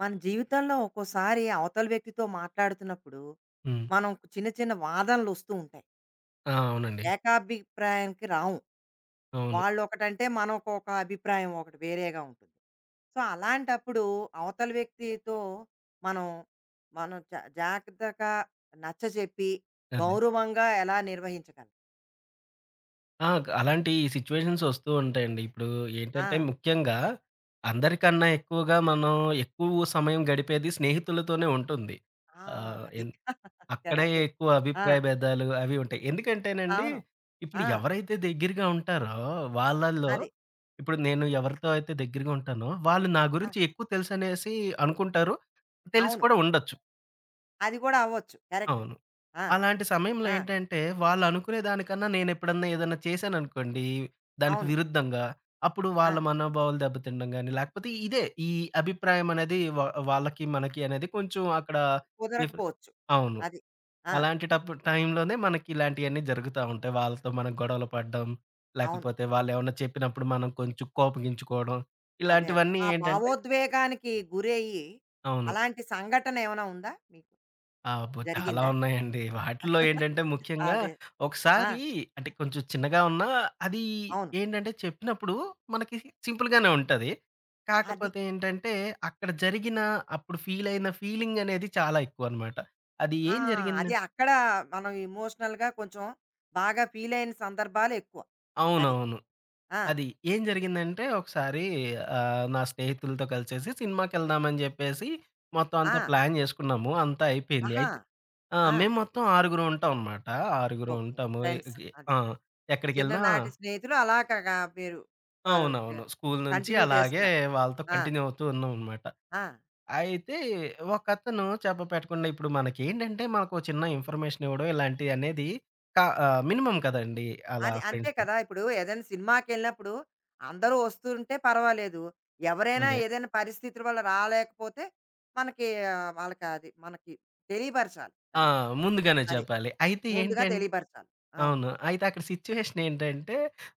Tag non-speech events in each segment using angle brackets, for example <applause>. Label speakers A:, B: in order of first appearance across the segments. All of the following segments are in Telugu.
A: మన జీవితంలో ఒక్కోసారి అవతల వ్యక్తితో మాట్లాడుతున్నప్పుడు
B: హ్మ్.
A: మనం చిన్న చిన్న వాదనలు వస్తూ ఉంటాయి.
B: ఆ! అవునండి.
A: ఏకాభిప్రాయానికి రాము.
B: అవును.
A: వాళ్ళు ఒకటంటే మనకు ఒక అభిప్రాయం ఒకటి వేరేగా ఉంటుంది. సో, అలాంటప్పుడు అవతల వ్యక్తితో మనం, మనం జాగ్రత్తగా నచ్చజెప్పి
B: అదే.
A: గౌరవంగా ఎలా నిర్వహించగలం?
B: ఆ! అలాంటి సిట్యుయేషన్స్ వస్తూ ఉంటాయండి. ఇప్పుడు
A: ఆ!
B: ఏంటంటే ముఖ్యంగా అందరికన్నా ఎక్కువగా మనం ఎక్కువ సమయం గడిపేది స్నేహితులతోనే ఉంటుంది.
A: ఆ!
B: ఆహ్,
A: అది.
B: ఎన్
A: <laughs>
B: అక్కడే
A: కరెక్టే.
B: ఎక్కువ
A: ఆ!
B: అభిప్రాయ భేదాలు అవి ఉంటాయి. ఎందుకంటేనండి
A: అవును.
B: ఇప్పుడు
A: ఆ!
B: ఎవరైతే దగ్గరగా ఉంటారో వాళ్ళల్లో
A: అది.
B: ఇప్పుడు నేను ఎవరితో అయితే దగ్గరగా ఉంటానో వాళ్ళు నా
A: ఆ!
B: గురించి ఎక్కువ తెలుసనేసి అనుకుంటారు. తెలిసి
A: అవును.
B: కూడా ఉండొచ్చు.
A: అది కూడా అవ్వచ్చు. కరెక్ట్.
B: అవును.
A: ఆ!
B: అలాంటి సమయంలో
A: ఆ!
B: ఏంటంటే, వాళ్ళనుకునే దానికన్నా నేనెప్పుడన్నా ఏదన్నా చేశాననుకోండి, దానికి
A: అవును.
B: విరుద్ధంగా, అప్పుడు
A: ఆ!
B: వాళ్ళ మనోభావాలు దెబ్బతినడం గాని, లేకపోతే ఇదే ఈ అభిప్రాయం అనేది వాళ్ళకి, మనకి అనేది కొంచెం అక్కడ డిఫర్
A: కుదరకపోవచ్చు.
B: అవును.
A: అది. ఆ!
B: అలాంటి టైంలోనే మనకి ఇలాంటియన్నీ జరుగుతా ఉంటాయి. వాళ్ళతో మనం గొడవలు పడడం,
A: అవును.
B: లేకపోతే వాళ్ళేమన్నా చెప్పినప్పుడు మనం కొంచెం కోపగించుకోవడం,
A: అదే. అదే.
B: ఇలాంటివన్నీ
A: ఆ
B: ఏంటంటే
A: భావోద్వేగానికి గురయ్యి,
B: అవును.
A: అలాంటి సంఘటన ఏమైనా ఉందా మీకు?
B: ఆ! అబ్బో! చాలా
A: జరిగిందా?
B: ఉన్నాయండి. వాటిల్లో ఏంటంటే ముఖ్యంగా
A: అదే. ఆ!
B: ఒకసారి అంటే కొంచెం చిన్నగా ఉన్నా అది
A: అవును.
B: ఏంటంటే చెప్పినప్పుడు మనకి సింపుల్‌గానే ఉంటది.
A: అది.
B: కాకపోతే ఏంటంటే అక్కడ జరిగిన అప్పుడు ఫీల్ అయిన ఫీలింగ్ అనేది చాలా ఎక్కువనమాట. అది
A: ఆ!
B: ఏం జరిగింది
A: అది అక్కడ మనం ఎమోషనల్‌గా కొంచెం బాగా ఫీలయిన సందర్భాలు ఎక్కువ. అది.
B: అవునవును.
A: ఆ!
B: అది. ఏం జరిగిందంటే ఒకసారి నా స్నేహితులతో కలిసేసి సినిమాకెళ్దామని జెప్పేసి మొత్తం అంతా
A: ఆ!
B: ప్లాన్ జేసుకున్నాము. అంతా అయిపోయింది.
A: ఆహా!
B: అయితే ఆ!
A: ఆ!
B: మేము మొత్తం ఆరుగురం ఉంటాం అనమాట. ఆరుగురం
A: ఓకే.
B: ఉంటాము.
A: ఫ్రెండ్స్. అది.
B: ఆ! ఎక్కడికెళ్ళినా
A: చిన్ననాటి స్నేహితులు అలాగగా మీరు వారు
B: అవునవును. స్కూలు నుంచి
A: కంటిన్యూ
B: అలాగే
A: చేస్తున్నారు.
B: వాళ్ళతో
A: ఆ!
B: కంటిన్యూ అవుతూ ఉన్నాం అనమాట.
A: ఆ!
B: అయితే ఒకతను పెట్టకుండా ఇప్పుడు మనకేంటంటే మనకు ఒక చిన్న ఇన్ఫర్మేషన్ ఇవ్వడం ఇలాంటియనేది క మినిమమ్ కదండీ! అలా
A: అది అంతే
B: ఫ్రెండ్స్‌తో.
A: కదా! ఇప్పుడు ఏదైనా సినిమాకెళ్ళినప్పుడు అందరూ వస్తుంటే పర్వాలేదు. ఎవరైనా
B: అదే.
A: ఏదైనా పరిస్థితుల వల్ల రాలేకపోతే మనకి ఆహ్, వాళ్ళకి అది మనకి తెలియపరచాలి
B: ఆ!
A: కదా!
B: ముందుగానే
A: అది.
B: చెప్పాలి. అయితే
A: ముందుగా
B: ఏంటం
A: తెలియపరచాలి. అవును.
B: అవును. అయితే అక్కడ సిట్యుయేషన్ ఏంటంటే,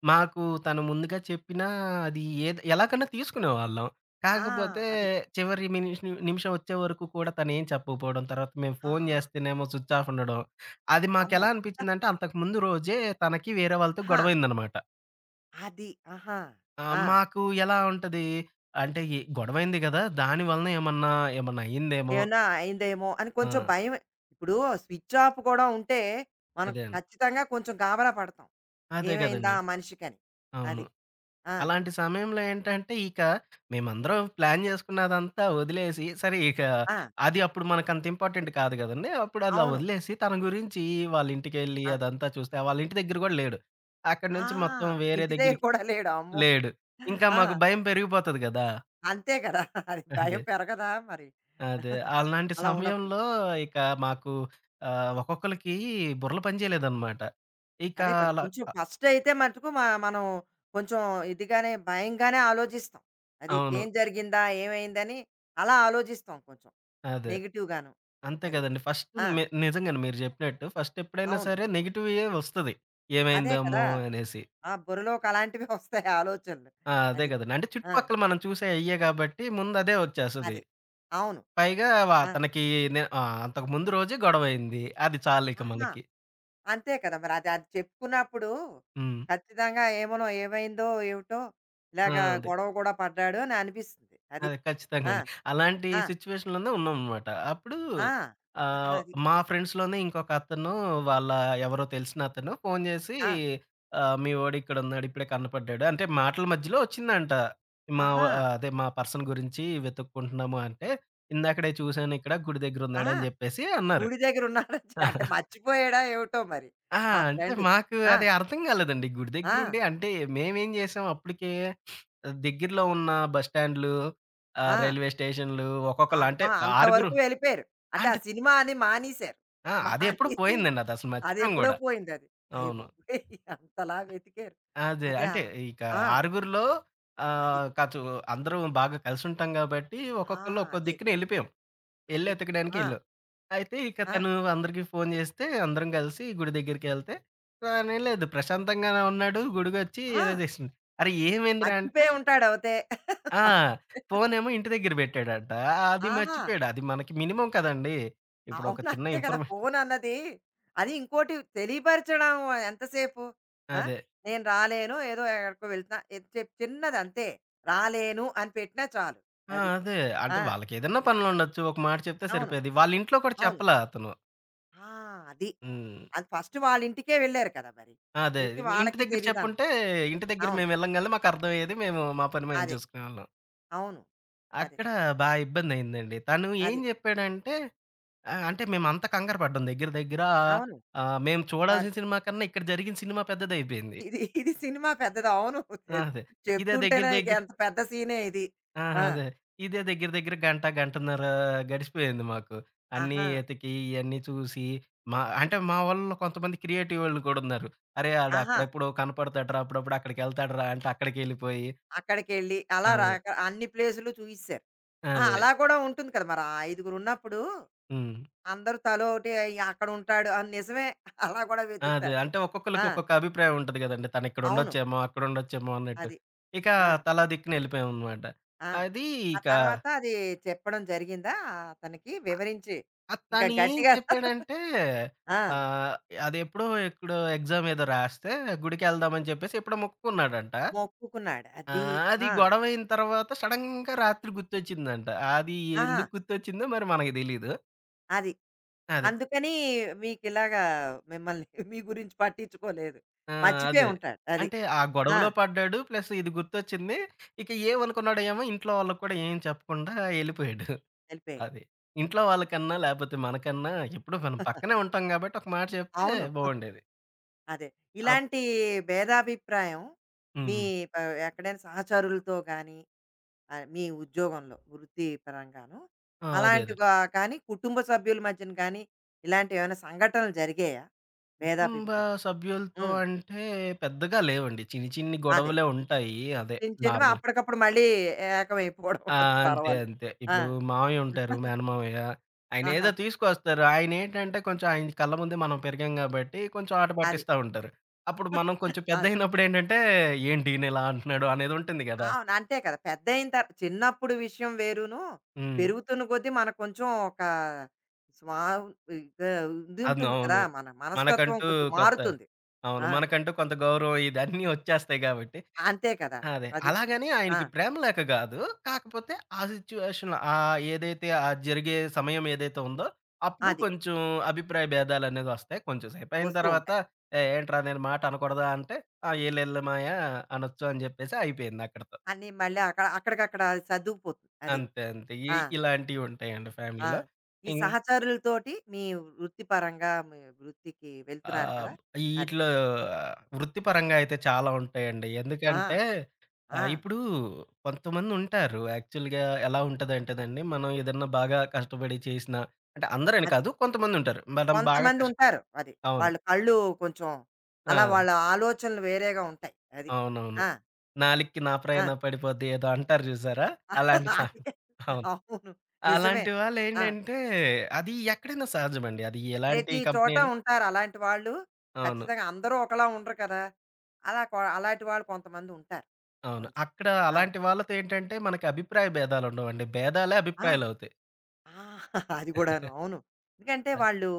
B: మాకు తను ముందుగా చెప్పినా అది ఏది ఎలాగన్నా తీసుకునేవాళ్ళం.
A: ఆ!
B: కాకపోతే
A: అది.
B: చివరి మినిష్ నిమిషం వచ్చే వరకు కూడా తనేం చెప్పకపోవడం, తర్వాత మేము
A: ఆ!
B: ఫోను చేస్తేనేమో స్విచ్ ఆఫ్ ఉండడం. అది
A: అమ్మో!
B: మాకెలా అనిపించిందంటే అంతకుముందు రోజే తనకి వేరే వాళ్ళతో
A: ఆహా!
B: గొడవయిందనమాట.
A: అది. ఆహా! ఆ!
B: మాకు ఎలా ఉంటది అంటే ఈ గొడవయింది గదా! దాని వలన ఏమన్నా, ఏమన్నా అయిందేమో
A: ఏమైనా అయిందేమో అని కొంచెం
B: ఆ!
A: భయం. ఇప్పుడు స్విచ్ ఆఫ్ కూడా ఉంటే మనం
B: అదే అండి.
A: ఖచ్చితంగా కొంచెం గాబరా పడతాం.
B: అదే
A: ఏమైందా
B: గదండీ!
A: ఆ మనిషికని.
B: అవును.
A: అది. ఆ!
B: అలాంటి సమయంలో ఏంటంటే, ఇక మేమందరం ప్లాన్ జేసుకున్నదంతా వదిలేసి, సరే ఇక
A: ఆ!
B: అది అప్పుడు మనకంత ఇంపార్టెంట్ కాదు గదండీ! అప్పుడు అలా
A: అవును.
B: వదిలేసి, తన గురించి వాళ్ళ ఇంటికెళ్ళి
A: ఆ!
B: అదంతా చూస్తే, వాళ్ళ ఇంటి దగ్గర గూడా లేడు. అక్కడి
A: ఆ!
B: నుంచి మొత్తం వేరే
A: ఇంటి దగ్గర
B: దగ్గరికి
A: కూడా లేడు. అమ్మో!
B: లేడు. ఇంకా
A: ఆ!
B: మాకు భయం పెరిగిపోతది గదా!
A: అంతే కదా! అది
B: అదే.
A: భయం పెరగదా మరి
B: అదే. అలాంటి
A: అలా ఉన్నప్పుడు?
B: సమయంలో ఇక మాకు ఒక్కొక్కళ్ళకి బుర్రలు పనిచేయలేదనమాట. ఇక
A: అదే కదా!
B: అలా
A: కొంచెం ఫస్ట్ అయితే మటుకు మనం కొంచెం ఇదిగానే భయంగానే ఆలోచిస్తాం. అది
B: అవును.
A: ఏం జరిగిందా? ఏమైందని అలా ఆలోచిస్తాం కొంచెం.
B: అదే.
A: నెగెటివ్‌గాను.
B: అంతే
A: అది.
B: కదండీ. ఫస్ట్
A: ఆ!
B: ని నిజంగానే మీరు జెప్పినట్టు ఫస్ట్ ఎప్పుడైనా
A: అవును.
B: సరే నెగెటివే వస్తది.
A: అదే
B: ఏమైందేమో
A: కదా!
B: అనేసి.
A: ఆ బుర్రలోకి అలాంటివే వస్తాయి ఆలోచనలు.
B: ఆ! అదే
A: అది.
B: గదండీ. అంటే
A: ఆ!
B: చుట్టుపక్కల మనం చూసే అయ్యే గాబట్టి ముందు అదే వచ్చేస్తది.
A: అది. అవును.
B: పైగా
A: ఆ!
B: తనకి అంతకు ముందు రోజే గొడవయింది. అది చాలిక
A: ఆహా!
B: మనకి.
A: అంతే కదా! మరి అది అది చెప్పుకున్నప్పుడు
B: హ్మ్.
A: ఖచ్చితంగా ఏమోనో ఏమైందో ఏమిటో
B: ఆ!
A: ఇలాగా
B: అదే.
A: గొడవ కూడా పడ్డాడు అని అనిపిస్తుంది. అది.
B: అదే. ఖచ్చితంగా
A: ఆ!
B: అండి. అలాంటి
A: ఆ!
B: సిట్యుయేషన్‌లోనే ఉన్నామనమాట. అప్పుడు
A: ఆ! అది.
B: మా ఫ్రెండ్స్‌లోనే ఇంకొక అతను వాళ్ళ ఎవరో తెలిసిన అతను ఫోను జేసి
A: ఆ!
B: "మీ వోడు ఇక్కడున్నాడు. ఇప్పుడే కనపడ్డాడు." అంటే మాటల మధ్యలో వచ్చిందంట. మా వ
A: ఆహా!
B: ఆ, అదే మా పర్సన్ గురించి వెతుక్కుంటున్నాము అంటే, "ఇందాకడే చూసాను ఇక్కడ గుడి దగ్గరున్నాడు"
A: ఆహా!
B: అని జెప్పేసి అన్నారు.
A: గుడి దగ్గర ఉన్నాడని <laughs> అంటే మర్చిపోయాడా ఏమిటో మరి
B: ఆ!
A: ఆ
B: అంటే
A: ఫ్రెండు.
B: మాకు
A: ఆ!
B: అది అర్థం కాలేదండి. గుడి
A: ఆ!
B: దగ్గరుండి అంటే మేమేం చేసాం అప్పటికే దగ్గరలో ఉన్న బస్ స్టాండ్‌లు,
A: ఆ!
B: రైల్వే స్టేషన్‌లు ఒక్కొక్కళ్ళు అంటే
A: అమ్మా!
B: ఆరుగురు
A: అంతవరకు వెళ్ళిపోయారు. అంటే ఆ
B: అంటే
A: సినిమా అని మానేశారు.
B: ఆ! అది ఎప్పుడో
A: మానేసి
B: పోయిందండి. అదసలు మర్చిపోయాం
A: అదెప్పుడో
B: గూడా.
A: పోయిందది. అయ్య
B: అవును.
A: బాబోయ్! అంతలా వెతికారు.
B: అదే.
A: అదే ఆ!
B: అంటే ఇక
A: ఆ!
B: ఆరుగురిలో
A: అది.
B: ఆహ్, కాచు అందరం బాగా కలిసుంటాం కాబట్టి
A: ఆ!
B: ఒక్కొక్కళ్ళు ఒక్కో
A: అదే.
B: దిక్కున ఎళ్ళిపోయాం. ఎళ్ళి
A: అది.
B: ఎతకడానికి
A: ఆ!
B: ఎళ్ళాం. అయితే ఇక
A: ఆ!
B: తను అందరికి ఫోన్ చేస్తే అందరం కలిసి గుడి దగ్గరికెళ్తే, తనే లేదు ప్రశాంతంగానే ఉన్నాడు. గుడికొచ్చి
A: ఆ!
B: ఏదో చేసిండు. అరె! ఏమైందిరా అంటే
A: అచ్చిపోయి ఉంటాడవతే.
B: ఆ!
A: మ
B: ఫోనేమో ఇంటి దగ్గర పెట్టాడంట. అది
A: ఆహా!
B: మర్చిపోయాడు. అది మనకి మినిమమ్ కదండీ! ఇప్పుడు ఒక
A: అవును.
B: చిన్న
A: అంతే కదా!
B: ఇన్ఫర్మేషన్
A: ఫోనన్నది అది ఇంకోటి తెలియపరచడం ఎంతసేపు. ఆ!
B: అదే.
A: నేను రాలేను. ఏదో ఎక్కడికో వెళ్తున్నా. ఇది చిన్నదంతే. రాలేను అని పెట్టినా చాలు.
B: ఆ!
A: అది.
B: అదే. అంటే
A: ఆ!
B: వాళ్ళకేదన్నా పనులుండొచ్చు. ఒక మాట చెప్తే
A: అవును.
B: సరిపోయేది. వాళ్ళ ఇంట్లో కూడా
A: అవును.
B: చెప్పలా అతను.
A: ఆ! అది.
B: హ్మ్.
A: అది ఫస్ట్ వాళ్ళింటికే వెళ్లారు కదా మరి.
B: అదే.
A: వెళ్తే
B: ఇంటి
A: వాళ్ళకి
B: దగ్గర
A: తెలీదన్న
B: చెప్పుంటే ఇంటి దగ్గర
A: అవును.
B: మేము వెళ్ళంగాల్నే మాకర్థమయ్యేది. మేము మా పని మేము
A: అదే.
B: చూసుకునేవాళ్ళం.
A: అవును. అదే.
B: అక్కడ ఇబ్బందయిందండి. తను ఏం
A: అదే.
B: చెప్పాడంటే ఆ! అంటే మేమంత కంగారు పడ్డాం. దగ్గర దగ్గర
A: అవును.
B: మేము
A: కంగారు.
B: చూడాల్సిన సినిమా కన్నా ఇక్కడ జరిగిన సినిమా పెద్దదయిపోయింది.
A: ఇది ఇది సినిమా పెద్దది. అవును.
B: ఆ!
A: చెప్
B: అదే. ఇదే దగ్గర
A: చెప్తుంటేనే ఇక
B: దగ్గర
A: ఎంత పెద్ద సీనే ఇది.
B: ఆ!
A: ఆ!
B: అదే. ఇదే దగ్గర దగ్గర గంట, గంటన్నర గడిచిపోయింది మాకు. అన్నీ
A: ఆహా!
B: ఎతికి, ఇయన్నీ చూసి మా వాళ్ళు కొంతమంది క్రియేటివ్ వాళ్ళు కూడా ఉన్నారు. అరే! ఆడు
A: ఆహా!
B: అక్కడెప్పుడో కనపడతాడురా! అప్పుడప్పుడు అక్కడికెళ్తాడురా! అంటే అక్కడికెళ్ళిపోయి
A: అక్కడికెళ్ళి అలా
B: అదే.
A: రాక అన్ని ప్లేసులు చూయిస్తారు. ఆ!
B: అదే.
A: అలా కూడా ఉంటుంది కదా! మరి ఆ ఐదుగురున్నప్పుడు
B: హ్మ్.
A: అందరూ తలో ఒకటి అయి అక్కడుంటాడు అని నిజమే. <laughs> అలా కూడా
B: అదే.
A: వెతుకుతారు.
B: అంటే ఒక్కొక్కళ్ళకి
A: ఆ!
B: ఒక్కొక్క అభిప్రాయం ఉంటది గదండీ.
A: అవును.
B: తనిక్కడుండొచ్చేమో, అక్కడుండొచ్చేమో అన్నట్టు.
A: అది.
B: ఇక
A: ఆ!
B: తలా దిక్కున ఎళ్ళిపోయామనమాట.
A: ఆ!
B: అది
A: ఆ
B: ఇక
A: తర్వాత అది చెప్పడం జరిగిందా అతనికి? వివరించి ఇంకా
B: తను ఏం
A: గట్టిగా <laughs>
B: చెప్పాడంటే
A: ఆ!
B: ఆహ్, అదెప్పుడో ఎక్కడో ఎగ్జామ్ ఏదో రాస్తే గుడికెళ్దామని చెప్పేసి ఎప్పుడో మొక్కుకున్నాడంట.
A: మొక్కుకున్నాడు.
B: ఆ!
A: అది.
B: అది
A: ఆ!
B: గొడవయిన తర్వాత సడెన్‌గా రాత్రి గుర్తొచ్చిందంట. అది
A: ఆహా!
B: ఎందుకు గుర్తొచ్చిందో మరి మనకి తెలీదు.
A: అది.
B: అదే.
A: అందుకని మీకిలాగా మిమ్మల్ని <laughs> మీ గురించి పట్టించుకోలేదు.
B: ఆ!
A: మర్చిపోయి
B: అదే.
A: ఉంటాడు. అది.
B: అంటే ఆ
A: ఆ!
B: గొడవలో పడ్డాడు. ప్లస్ ఇది గుర్తొచ్చింది. ఇక ఏమనుకున్నాడో ఏమో ఇంట్లో వాళ్ళకి కూడా ఏం చెప్పకుండా ఎళ్ళిపోయాడు.
A: వెళ్ళిపోయాడు.
B: అది. ఇంట్లో వాళ్ళకన్నా లేపోతే మనకన్నా ఎప్పుడూ మనం పక్కనే ఉంటాం గాబట్టి ఒక మాట చెప్తే
A: అవును. <laughs>
B: బావుండేది.
A: అదే.
B: అప్
A: ఇలాంటి భేదాభిప్రాయం మీ
B: హ్మ్.
A: ఆహ్, ఎక్కడైనా సహచరులతో గానీ, ఆహ్, మీ ఉద్యోగంలో వృత్తి పరంగాను,
B: ఆ! అదే.
A: అలాంటివా కానీ కుటుంబ సభ్యుల మధ్యన గానీ, ఇలాంటివేమైనా సంఘటనలు జరిగాయా?
B: కుటుంబ
A: భేదాభిప్రాయం.
B: సభ్యులతో
A: హ్మ్.
B: అంటే పెద్దగా లేవండి. చిన్ని చిన్ని
A: అదే.
B: గొడవలే ఉంటాయి. అదే
A: చిన్న చిన్నవి
B: నార్మల్
A: అప్పటికప్పుడు మళ్ళీ ఏకమైపోవడం
B: ఆ!
A: అది
B: అంతే.
A: పర్వాలేదు.
B: అంతే.
A: ఆ!
B: ఇప్పుడు మామయ్య ఉంటారు. మేనమామయ్య.
A: ఆహాహా!
B: ఆయనేదో తీసుకొస్తారు. ఆయనేంటంటే కొంచెం ఆయన కళ్ళ ముందే మనం పెరిగాం గాబట్టి కొంచెం ఆట
A: అది.
B: పట్టిస్తా ఉంటారు. అప్పుడు మనం
A: <laughs>
B: కొంచెం
A: అదే.
B: పెద్దయినప్పుడేంటంటే ఏంటి ఈయనిలా అంటున్నాడు అనేదుంటుంది గదా!
A: అవును. అంతే కదా! పెద్దయిన చిన్నప్పుడు విషయం వేరును.
B: హ్మ్.
A: పెరుగుతున్న కొద్దీ మనకు కొంచెం ఒక స్వా ఇక ఇది
B: అవును.
A: ఉంటుంది కదా!
B: అవును.
A: మన మనస్తత్వం
B: మనకంటూ
A: కొంచెం
B: కొంత
A: మారుతుంది.
B: అవును.
A: ఆ!
B: మనకంటూ కొంత గౌరవం ఇదన్నీ ఒచ్చేస్తాయి గాబట్టి
A: అంతే కదా!
B: అదే.
A: అది.
B: అలాగని
A: ఆ!
B: ఆయనకి ప్రేమ లేక గాదు. కాకపోతే ఆ సిట్యుయేషన్‌లో ఏదైతే ఆ జరిగే సమయం ఏదైతే ఉందో, అప్పుడు
A: అది.
B: కొంచెం అభిప్రాయ భేదాలనేదొస్తాయి. కొంచెం సేపయిన
A: వస్తూ
B: తర్వాత
A: ఉంటాయి.
B: "ఏ ఏంట్రా నేను మాట అనకూడదా?" అంటే "ఆ! ఏలెళ్ళు మాయ అనొచ్చు" అని జెప్పేసి అయిపోయిందక్కడితో.
A: అన్నీ మళ్ళీ అక్కడ అక్కడికక్కడ సర్దుకుపోతుంది. అది.
B: అంతే.
A: ఆ!
B: ఇలాంటివుంటాయండి
A: ఆ!
B: ఫ్యామిలీలో.
A: ఈ
B: ఇం
A: సహచరులతోటి మీ వృత్తిపరంగా మీ వృత్తికి
B: ఆ!
A: వెళ్తున్నారు కదా! అది.
B: ఈటిలో వృత్తిపరంగా అయితే చాలా ఉంటాయండి.
A: ఆ!
B: ఎందుకంటే
A: ఆ!
B: ఇప్పుడు కొంతమందుంటారు యాక్చువల్‌గా ఎలా ఉంటదంటేనండి, మనం ఏదన్నా బాగా కష్టపడి చేసినా అంటే అందరని
A: అది.
B: కాదు కొంతమందుంటారు. మనం బాగా
A: కొంతమంది
B: కష్
A: ఉంటారు. అది.
B: అవును.
A: వాళ్ళ కళ్ళు కొంచెం అలా వాళ్ళ
B: ఆ!
A: ఆలోచనలు వేరేగా ఉంటాయి. అది.
B: అవునవును.
A: ఆ!
B: "నాలిక్కి నాప్రాయన
A: ఆ!
B: పడిపోద్ది" ఏదో అంటారు చూసారా? అలాంటి
A: <laughs>
B: సా
A: అందుకే
B: అవును.
A: అవును. నిజమే.
B: అలాంటి
A: ఆ!
B: వాళ్ళేంటంటే అది ఎక్కడైనా సహజమండి. అది ఎలాంటి
A: ప్రతి
B: కంపెనీ
A: చోట
B: అయినా
A: ఉంటారు అలాంటి వాళ్ళు.
B: అవును.
A: ఖచ్చితంగా అందరూ ఒకలా ఉండరు కదా! అలా కొ అలాంటి వాళ్ళు కొంతమంది ఉంటారు.
B: అవును.
A: కొంచెం.
B: అక్కడ
A: ఆ!
B: అలాంటి వాళ్ళతో ఏంటంటే మనకి అభిప్రాయ భేదాలుండవండి. భేదాలే
A: ఆ!
B: అభిప్రాయాలవుతాయి.
A: ఆ! <laughs> అది
B: అ
A: కూడాను.
B: <laughs>
A: అవును. ఎందుకంటే వాళ్ళు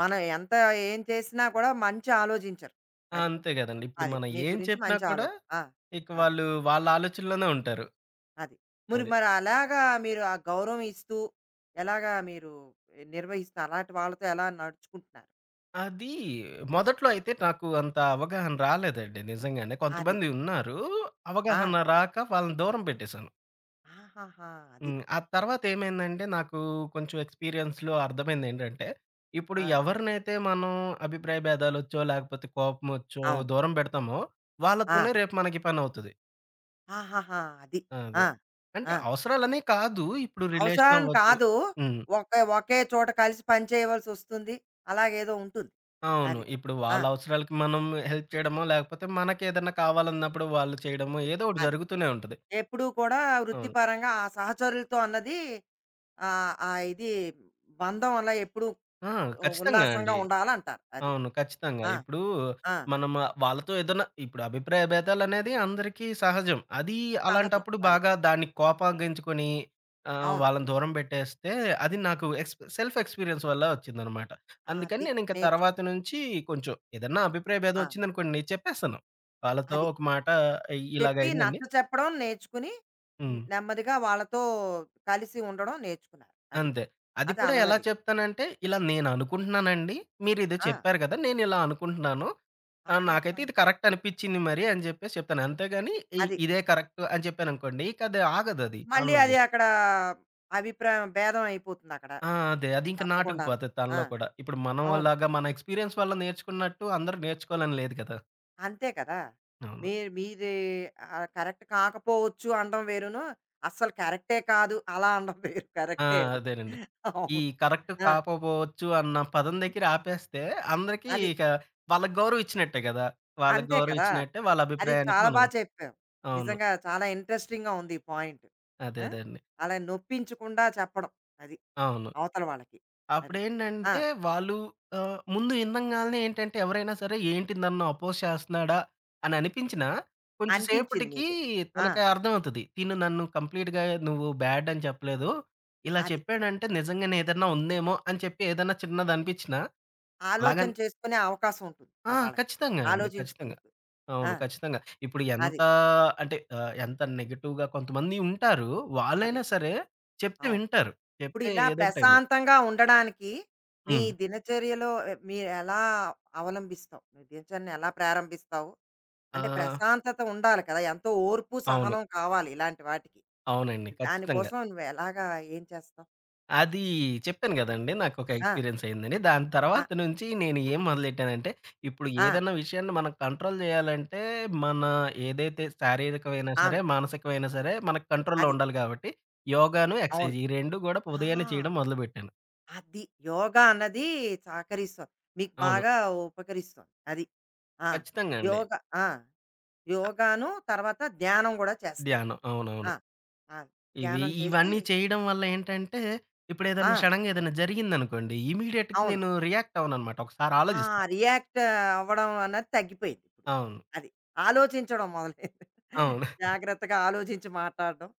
A: మనం ఎంత ఏం చేసినా కూడా మంచి ఆలోచించరు. అది.
B: అంతే గదండీ. ఇప్పుడు
A: అది.
B: మనం
A: మీ
B: ఏం
A: గురించి
B: చెప్పినా
A: మంచి
B: కూడా
A: ఆలోచన. ఆ!
B: ఇక
A: అది.
B: వాళ్ళు వాళ్ళ ఆలోచనలోనే ఉంటారు.
A: అది. మరి
B: అది.
A: మరి అలాగా మీరు ఆ గౌరవం ఇస్తూ, ఎలాగా మీరు నిర్వహిస్తూ అలాంటి వాళ్ళతో ఎలా నడుచుకుంటున్నారు?
B: అది మొదట్లో అయితే నాకు అంత అవగాహన రాలేదండి నిజంగానే.
A: అది.
B: కొంతమంది ఉన్నారు.
A: ఆ!
B: అవగాహన రాక వాళ్ళని దూరం పెట్టేశాను.
A: ఆహాహా! అది.
B: హ్మ్. ఆ తర్వాత ఏమైందంటే, నాకు కొంచెం ఎక్స్‌పీరియన్స్‌లో అర్థమైందేంటంటే, ఇప్పుడు
A: ఆ!
B: ఎవరినైతే మనం అభిప్రాయ భేదాలొచ్చో, లేకపోతే కోపమొచ్చో
A: అవును.
B: దూరం పెడతామో,
A: ఆ!
B: వాళ్ళతోనే రేపు మనకి పనవుతది.
A: ఆహాహా! అది.
B: అది.
A: ఆ!
B: అంటే
A: ఆ!
B: అవసరాలనే కాదు, ఇప్పుడు
A: అవసరం
B: రిలేషనవ్వచ్చు.
A: కాదు.
B: హ్మ్.
A: ఒకే ఒకే చోట కలిసి పని చేయవలసొస్తుంది. అలాగేదో ఉంటుంది.
B: అవును.
A: అది.
B: ఇప్పుడు
A: ఆ!
B: వాళ్ళ అవసరాలకి మనం హెల్ప్ చేయడమో, లేకపోతే మనకేదన్నా కావాలన్నప్పుడు వాళ్ళు చేయడమో, ఏదో ఒకటి
A: అదే.
B: జరుగుతూనే ఉంటది.
A: ఎప్పుడూ కూడా
B: అవును.
A: వృత్తిపరంగా ఆ సహచరులతో అన్నది ఆహ్, ఆ ఇది బంధం అలా ఎప్పుడూ
B: ఆ! ఖచ్చితంగా
A: ఉల్లాసంగా
B: అండి.
A: ఉండాలంటారు. అది.
B: అవును. ఖచ్చితంగా.
A: ఆ!
B: ఇప్పుడు
A: ఆ!
B: మనం వాళ్ళతో ఏదన్నా ఇప్పుడు అభిప్రాయ భేదాలనేది అందరికీ సహజం. అది
A: సహజం
B: అలాంటప్పుడు
A: అది.
B: బాగా దాన్ని కోపగించుకొని
A: అవును.
B: వాళ్ళని దూరం పెట్టేస్తే అది నాకు సెల్ఫ్ ఎక్స్‌పీరియన్స్ వల్ల వచ్చిందనమాట. అందుకని
A: అది
B: నేనింక తర్వాత
A: నేర్చుకున్నా.
B: నుంచి కొంచెం ఏదన్నా అభిప్రాయ భేదం
A: ఆ!
B: వచ్చిందనుకోండి నేను చెప్పేస్తాను. వాళ్ళతో
A: అది.
B: ఒక మాట
A: చెప్పి నచ్చ
B: ఇలాగయిందండి
A: చెప్పడం నేర్చుకుని
B: హ్మ్.
A: నెమ్మదిగా వాళ్ళతో కలిసి ఉండడం నేర్చుకున్నారు. అది.
B: అంతే. అది
A: అది
B: కూడా ఎలా
A: అలవరి.
B: చెప్తానంటే, ఇలా నేననుకుంటున్నానండి. మీరిదో
A: ఆ!
B: చెప్పారు గదా! నేనిలా అనుకుంటున్నాను.
A: ఆహాహా!
B: నాకైతే ఇది కరెక్ట్ అనిపిచ్చింది మరి అని జెప్పేసి చెప్తాను. అంతేగాని
A: అది.
B: ఇదే కరెక్ట్ అని చెప్పాననుకోండి, ఇక అది ఆగదది
A: మళ్ళీ అది
B: కాన్వర్జేషన్.
A: అక్కడ అభిప్రాయం భేదం అయిపోతుందక్కడ.
B: ఆ! అదే. అది ఇంక
A: తప్పకుండాను.
B: నాటుకుపోతది
A: ఆ!
B: తనలో కూడా. ఇప్పుడు మనం
A: అవును.
B: లాగా మన ఎక్స్‌పీరియన్స్ వల్ల నేర్చుకున్నట్టు అందరూ నేర్చుకోవాలని లేదు కదా!
A: అంతే కదా!
B: అవును.
A: మీరు మీది ఆహ్, కరెక్ట్ కాకపోవచ్చు అనడం వేరును, అస్సలు కరెక్టే కాదు అలా అనడం వేరు.
B: ఆ!
A: కరెక్టే అది.
B: అదేనండి. ఈ
A: అవును.
B: కరెక్ట్
A: ఆ!
B: కాకపోవచ్చు అన్న పదం దగ్గర ఆపేస్తే అందరికీ
A: అది.
B: ఇక వాళ్ళకి గౌరవం ఇచ్చినట్టే గదా! వాళ్ళకి
A: అంతే
B: గౌరవం
A: కదా!
B: ఇచ్చినట్టే వాళ్ళ
A: అది
B: అభిప్రాయానికి
A: చాలా
B: మనం
A: బా చెప్పావు.
B: అవును.
A: నిజంగా చాలా ఇంట్రెస్టింగ్‌గా ఉంది ఈ పాయింట్.
B: అదే.
A: ఆ!
B: అదే అండి.
A: అలా నొప్పించకుండా చెప్పడం. అది
B: అవును.
A: అవతల వాళ్ళకి. అది. ఆ!
B: అప్పుడేంటంటే వాళ్ళు ముందు ఇనంగాల్నే ఏంటంటే ఎవరైనా సరే ఏంటి నన్ను అపోజ్ చేస్తున్నాడా అని అనిపించినా కొంచెం
A: అనిపించింది
B: సేపటికి
A: మీకు. ఆ!
B: తనకి అర్థమవుతది. తిను నన్ను కంప్లీట్‌గా నువ్వు బ్యాడ్ అని చెప్పలేదు. ఇలా
A: అది.
B: చెప్పాడంటే నిజంగానే ఏదన్నా ఉందేమో అని చెప్పి ఏదన్నా చిన్నది అనిపించినా
A: ఆలోచన
B: అలాగని
A: చేసుకునే అవకాశం ఉంటుంది
B: ఆ!
A: ఆహ్, వాళ్ళకి.
B: ఖచ్చితంగా అండి. ఖచ్చితంగా.
A: ఆలోచించుకుందుకు. ఆ!
B: అవును. ఖచ్చితంగా. ఇప్పుడు ఎంత
A: అది.
B: అంటే ఎంత నెగెటివ్‌గా కొంతమంది ఉంటారు.
A: అది.
B: వాళ్ళైనా సరే చెప్తే
A: అవును.
B: వింటారు.
A: ఇప్పుడు
B: చెప్తే
A: ఇలా
B: ఏదో ఒక టైంలో
A: ప్రశాంతంగా ఉండడానికి నీ
B: హ్మ్.
A: దినచర్యలో ఆహ్, మీరెలా అవలంబిస్తావు? నీ దినచర్యను ఎలా ప్రారంభిస్తావు?
B: ఆ!
A: అంటే ప్రశాంతత ఉండాలి కదా! ఎంతో ఓర్పు,
B: అవును.
A: సహనం కావాలి ఇలాంటి వాటికి.
B: అవునండి. ఖచ్చితంగా.
A: దానికోసం నువ్వు ఎలాగా ఏం చేస్తావు?
B: అది చెప్పాను గదండీ! నాకొక
A: ఆ!
B: ఎక్స్‌పీరియన్స్ అయిందని. దాని
A: ఆ!
B: తర్వాత నుంచి నేను ఏం మొదలెట్టానంటే, ఇప్పుడు
A: ఆ!
B: ఏదన్నా విషయాన్ని మనం కంట్రోల్ జేయాలంటే, మన ఏదైతే శారీరకమైనా సరే,
A: అవును.
B: మానసికమైనా సరే, మన కంట్రోల్‌లో
A: అది.
B: ఉండాలి గాబట్టి, యోగాను,
A: అవును.
B: ఎక్సర్సైజ్ ఈ రెండు గూడా
A: ఆ!
B: ఉదయాన్నే చేయడం మొదలుబెట్టాను.
A: అది. యోగా అన్నది సహకరిస్తుంది. మీకు
B: అవును.
A: బాగా ఉపకరిస్తుంది. అది. ఆ!
B: ఖచ్చితంగా అండి.
A: యోగా ఆ! యోగాను తర్వాత ధ్యానం గూడా చేస్తారు.
B: ధ్యానం. అవునవును.
A: ఆ! ఆ!
B: ఇవి
A: ధ్యానం చేసి
B: ఇవన్నీ చేయడం వల్ల ఏంటంటే,
A: ఆ!
B: ఇప్పుడేదన్నా సడెన్‌గా ఏదైనా జరిగిందనుకోండి, ఇమ్మీడియేట్‌గా
A: అవును.
B: నేను రియాక్ట్ అవ్వననమాట. ఒకసారి
A: ఆ!
B: ఆలోచిస్తా.
A: రియాక్ట్ అవ్వడం అన్నది తగ్గిపోయింది ఇప్పుడు.
B: అవును.
A: అది. ఆలోచించడం మొదలైంది.
B: అవును.
A: జాగ్రత్తగా ఆలోచించి మాట్లాడడం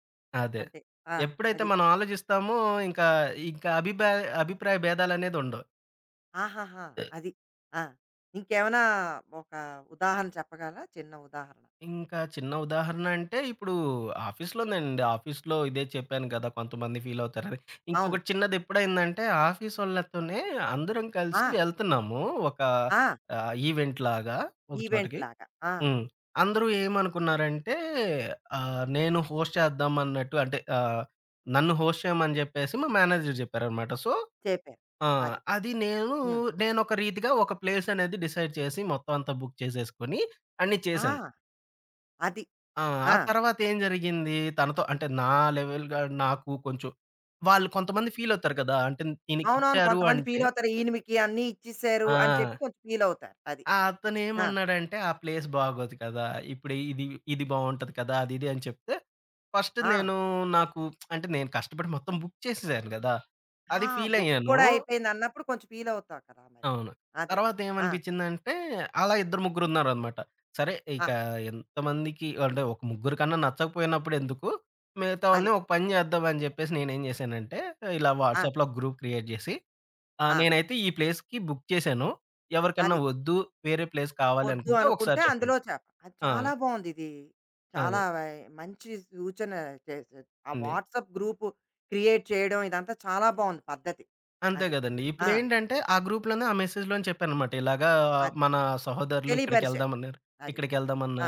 B: అదే.
A: అంటే ఆ!
B: ఎప్పుడైతే
A: అది.
B: మనం ఆలోచిస్తామో ఇంకా, ఇంకా అభిప్రా అభిప్రాయ భేదాలనేదుండవు.
A: ఆహాహా! అది. ఆ! ఇంకేమైనా ఒక ఉదాహరణ చెప్పగలరా? చిన్న ఉదాహరణ.
B: ఇంకా చిన్న ఉదాహరణ అంటే ఇప్పుడు ఆఫీస్‌లోనేనండి. ఆఫీస్‌లో ఇదే చెప్పాను కదా! కొంతమంది ఫీలవుతారని.
A: అవును.
B: ఇంకొకటి చిన్నదెప్పుడైందంటే ఆఫీసోళ్ళతోనే అందరం
A: ఆ!
B: కలిసి వెళ్తున్నాము. ఒక
A: ఆ!
B: ఈవెంట్ లాగా ఒక
A: ఈవెంట్
B: చోటకి.
A: లాగా. ఆ!
B: హ్మ్. అందరూ ఏమనుకున్నారంటే నేను హోస్ట్ చేద్దామన్నట్టు అంటే నన్ను హోస్ట్ చేయమని జెప్పేసి మా మేనేజర్ జెప్పారనమాట. సో
A: చెప్పారు.
B: ఆ!
A: అది.
B: అది నేను,
A: హ్మ్.
B: నేనొక రీతిగా ఒక ప్లేస్ అనేది డిసైడ్ చేసి మొత్తం అంతా బుక్ చేసేసుకొని అన్నీ
A: ఆ!
B: చేశాను.
A: అది.
B: ఆ! ఆ
A: ఆ!
B: తర్వాత ఏం జరిగింది తనతో అంటే లెవెల్‌గా నాకు కొంచెం వాళ్ళు కొంతమంది ఫీల్ అవుతారు కదా! అంటే
A: అవునవును.
B: ఈయనకిచ్చారు
A: కొంతమంది
B: అంటే
A: ఫీలవుతారు. ఈయనకి అన్నీ ఇచ్చేసారు
B: ఆ!
A: అని చెప్పి కొంచెం ఫీలవుతారు. అది.
B: ఆ!
A: ఆ!
B: అతనేమన్నాడంటే "ఆ ప్లేస్ బాగోదు కదా! ఇప్పుడు ఇది బావుంటది కదా!" అది ఇది అని చెప్తే ఫస్ట్
A: ఆ!
B: నేను నాకు అంటే నేను కష్టపడి మొత్తం బుక్ చేసేసాను కదా! అది
A: ఆ!
B: ఫీల్
A: బుక్
B: అయ్యాను.
A: కూడా అయిపోయిందన్నప్పుడు కొంచెం ఫీలవుతావు కదా! మరి.
B: అవును.
A: అది.
B: తర్వాత
A: ఆ!
B: ఏమనిపించిందంటే, అలా ఇద్దరు ముగ్గురున్నారనమాట. సరే
A: ఆ!
B: ఇక ఎంతమందికి అంటే ఒక ముగ్గురు కన్నా నచ్చకపోయినప్పుడు ఎందుకు, మిగతా వాళ్ళని
A: అది.
B: ఒక పని చేద్దాం అని చెప్పేసి నేనేం చేశానంటే, ఇలా
A: ఆ!
B: వాట్సాప్‌లో ఒక గ్రూప్ క్రియేట్ చేసి,
A: ఆ!
B: నేనైతే ఈ ప్లేస్‌కి బుక్ చేశాను. ఎవరికన్నా
A: అది.
B: వద్దు, వేరే ప్లేస్ కావాలి
A: వద్దు
B: అనుకుంటే
A: అనుకుంటే
B: ఒకసారి
A: అందులో
B: చెప్పండి.
A: చేప. అది
B: ఆ!
A: చాలా బావుందిది. చాలా
B: అదే.
A: వై మంచి సూచన చేసారు. ఆ
B: ఉంది.
A: వాట్సాప్ గ్రూపు క్రియేట్ చేయడం ఇదంతా చాలా బావుంది పద్ధతి.
B: అంతే
A: అది.
B: గదండీ.
A: ఆ!
B: ఇప్పుడేంటంటే, ఆ గ్రూప్‌లోనే ఆ మెసేజ్‌లోనే చెప్పాననమాట. ఇలాగా
A: అది.
B: మన సహోదరులు
A: తెలియపరిచారు. అది.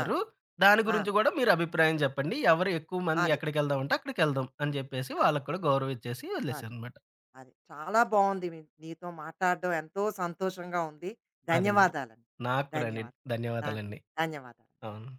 A: ఆ!
B: దాని
A: ఆ!
B: గురించి గూడా మీరు అభిప్రాయం జెప్పండి. ఎవరు ఎక్కువ మంది
A: అది.
B: ఎక్కడికెళ్దామంటే అక్కడికెళ్దాం అని జెప్పేసి
A: అది.
B: వాళ్ళకి కూడా గౌరవం ఇచ్చేసి
A: అది.
B: వదిలేసాననమాట.
A: అది. చాలా బావుంది నీతో మాట్లాడడం ఎంతో సంతోషంగా ఉంది.
B: అదండి.
A: ధన్యవాదాలండి.
B: నాకు కూడా అండి.
A: ధన్యవాదాలు. ధన్
B: ధన్యవాదాలండి.
A: ధన్యవాదాలు.
B: అవును.